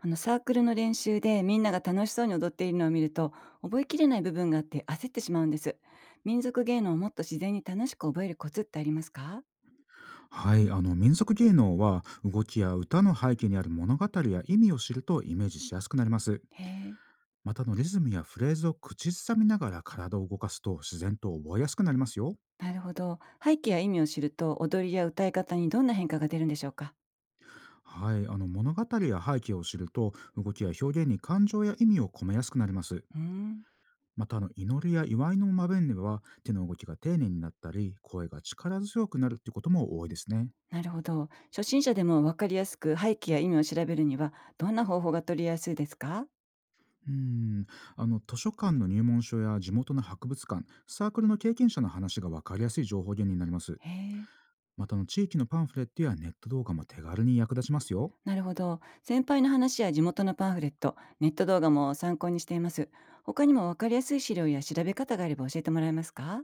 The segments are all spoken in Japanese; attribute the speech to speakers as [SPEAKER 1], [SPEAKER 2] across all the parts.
[SPEAKER 1] サークルの練習でみんなが楽しそうに踊っているのを見ると、覚えきれない部分があって焦ってしまうんです。民族芸能をもっと自然に楽しく覚えるコツってありますか？
[SPEAKER 2] はい、民族芸能は動きや歌の背景にある物語や意味を知るとイメージしやすくなります。
[SPEAKER 1] へえ、
[SPEAKER 2] またリズムやフレーズを口ずさみながら体を動かすと自然と覚えやすくなりますよ。
[SPEAKER 1] なるほど。背景や意味を知ると踊りや歌い方にどんな変化が出るんでしょうか？
[SPEAKER 2] はい、物語や背景を知ると動きや表現に感情や意味を込めやすくなります。
[SPEAKER 1] うーん、
[SPEAKER 2] また祈りや祝いの場面では手の動きが丁寧になったり声が力強くなるってことも多いですね。
[SPEAKER 1] なるほど。初心者でもわかりやすく背景や意味を調べるにはどんな方法が取りやすいですか？
[SPEAKER 2] うん図書館の入門書や地元の博物館サークルの経験者の話が分かりやすい情報源になります。
[SPEAKER 1] へえ、
[SPEAKER 2] また地域のパンフレットやネット動画も手軽に役立ちますよ。
[SPEAKER 1] なるほど。先輩の話や地元のパンフレット、ネット動画も参考にしています。他にも分かりやすい資料や調べ方があれば教えてもらえますか？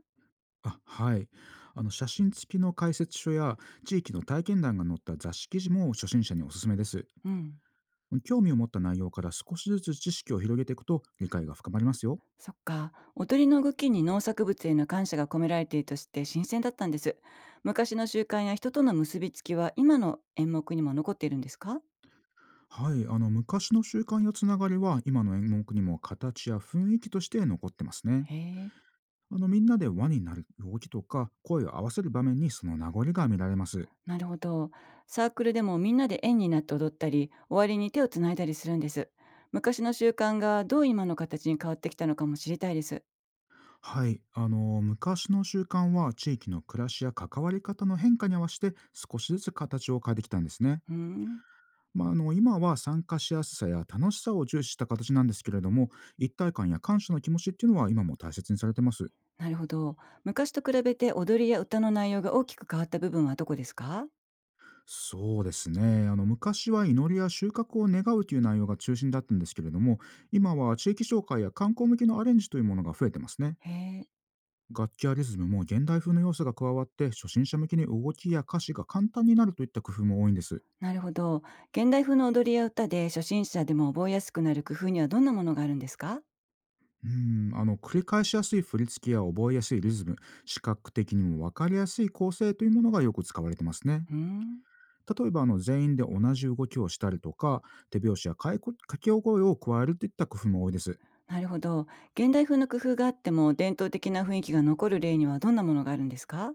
[SPEAKER 2] あ、はい、写真付きの解説書や地域の体験談が載った雑誌記事も初心者におすすめです。
[SPEAKER 1] うん。
[SPEAKER 2] 興味を持った内容から少しずつ知識を広げていくと理解が深まりますよ。
[SPEAKER 1] そっか。踊りの動きに農作物への感謝が込められているとして新鮮だったんです。昔の習慣や人との結びつきは今の演目にも残っているんですか？
[SPEAKER 2] はい、昔の習慣やつながりは今の演目にも形や雰囲気として残ってますね。
[SPEAKER 1] へえ。
[SPEAKER 2] みんなで輪になる動きとか声を合わせる場面にその名残が見られます。
[SPEAKER 1] なるほど。サークルでもみんなで円になって踊ったり、終わりに手をつないだりするんです。昔の習慣がどう今の形に変わってきたのかも知りたいです。
[SPEAKER 2] はい、昔の習慣は地域の暮らしや関わり方の変化に合わせて少しずつ形を変えてきたんですね。
[SPEAKER 1] うん。
[SPEAKER 2] まあ、今は参加しやすさや楽しさを重視した形なんですけれども、一体感や感謝の気持ちっていうのは今も大切にされてます。
[SPEAKER 1] なるほど。昔と比べて踊りや歌の内容が大きく変わった部分はどこですか？
[SPEAKER 2] そうですね、昔は祈りや収穫を願うという内容が中心だったんですけれども、今は地域紹介や観光向けのアレンジというものが増えてますね。
[SPEAKER 1] へえ、
[SPEAKER 2] 楽器やリズムも現代風の要素が加わって初心者向けに動きや歌詞が簡単になるといった工夫も多いんです。
[SPEAKER 1] なるほど。現代風の踊りや歌で初心者でも覚えやすくなる工夫にはどんなものがあるんですか？
[SPEAKER 2] 繰り返しやすい振り付けや覚えやすいリズム、視覚的にも分かりやすい構成というものがよく使われてますね。
[SPEAKER 1] うーん、
[SPEAKER 2] 例えば全員で同じ動きをしたりとか、手拍子やかいこ掛け声を加えるといった工夫も多いです。
[SPEAKER 1] なるほど。現代風の工夫があっても伝統的な雰囲気が残る例にはどんなものがあるんですか？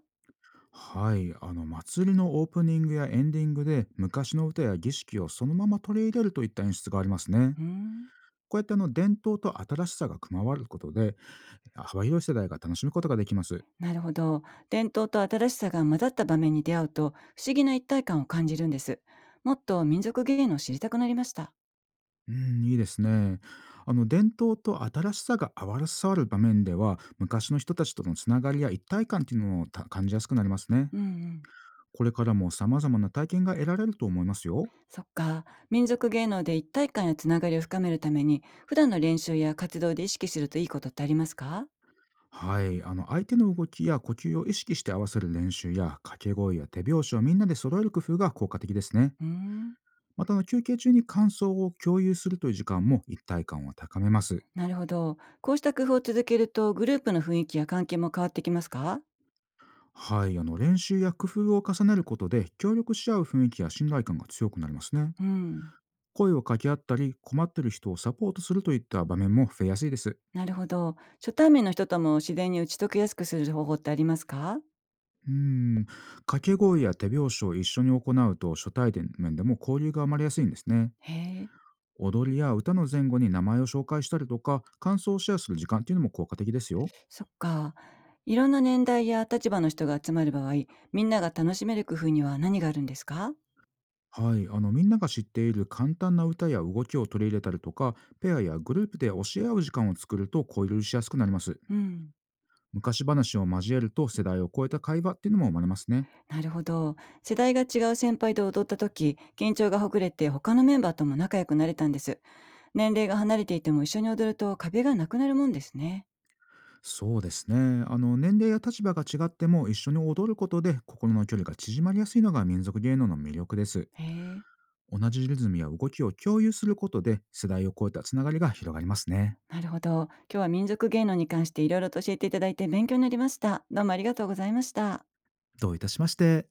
[SPEAKER 2] はい、祭りのオープニングやエンディングで昔の歌や儀式をそのまま取り入れるといった演出がありますね。
[SPEAKER 1] うーん、
[SPEAKER 2] こうやって伝統と新しさが加わることで、幅広い世代が楽しむことができます。
[SPEAKER 1] なるほど。伝統と新しさが混ざった場面に出会うと不思議な一体感を感じるんです。もっと民族芸能を知りたくなりました。
[SPEAKER 2] うん、いいですね。伝統と新しさが合さわる場面では、昔の人たちとのつながりや一体感っていうのを感じやすくなりますね。
[SPEAKER 1] うんうん。
[SPEAKER 2] これからも様々な体験が得られると思いますよ。
[SPEAKER 1] そっか。民族芸能で一体感やつながりを深めるために、普段の練習や活動で意識するといいことってありますか？
[SPEAKER 2] はい。相手の動きや呼吸を意識して合わせる練習や、掛け声や手拍子をみんなで揃える工夫が効果的ですね。
[SPEAKER 1] うーん。
[SPEAKER 2] また、休憩中に感想を共有するという時間も一体感を高めます。
[SPEAKER 1] なるほど。こうした工夫を続けると、グループの雰囲気や関係も変わってきますか？
[SPEAKER 2] はい、練習や工夫を重ねることで協力し合う雰囲気や信頼感が強くなりますね。
[SPEAKER 1] うん。
[SPEAKER 2] 声を掛け合ったり困ってる人をサポートするといった場面も増えやすいです。
[SPEAKER 1] なるほど。初対面の人とも自然に打ち解けやすくする方法ってありますか？
[SPEAKER 2] うーん掛け声や手拍子を一緒に行うと初対面でも交流が生まれやすいんですね。
[SPEAKER 1] へえ。
[SPEAKER 2] 踊りや歌の前後に名前を紹介したりとか感想をシェアする時間っていうのも効果的ですよ。
[SPEAKER 1] そっか。いろんな年代や立場の人が集まる場合、みんなが楽しめる工夫には何があるんですか？
[SPEAKER 2] はい、みんなが知っている簡単な歌や動きを取り入れたりとか、ペアやグループで教え合う時間を作ると交流しやすくなります。
[SPEAKER 1] うん。
[SPEAKER 2] 昔話を交えると世代を超えた会話っていうのも生まれますね。
[SPEAKER 1] なるほど。世代が違う先輩と踊った時、緊張がほぐれて他のメンバーとも仲良くなれたんです。年齢が離れていても一緒に踊ると壁がなくなるもんですね。
[SPEAKER 2] そうですね。年齢や立場が違っても一緒に踊ることで心の距離が縮まりやすいのが民族芸能の魅力です。
[SPEAKER 1] へえ。
[SPEAKER 2] 同じリズムや動きを共有することで世代を超えたつながりが広がりますね。
[SPEAKER 1] なるほど。今日は民族芸能に関していろいろと教えていただいて勉強になりました。どうもありがとうございました。
[SPEAKER 2] どういたしまして。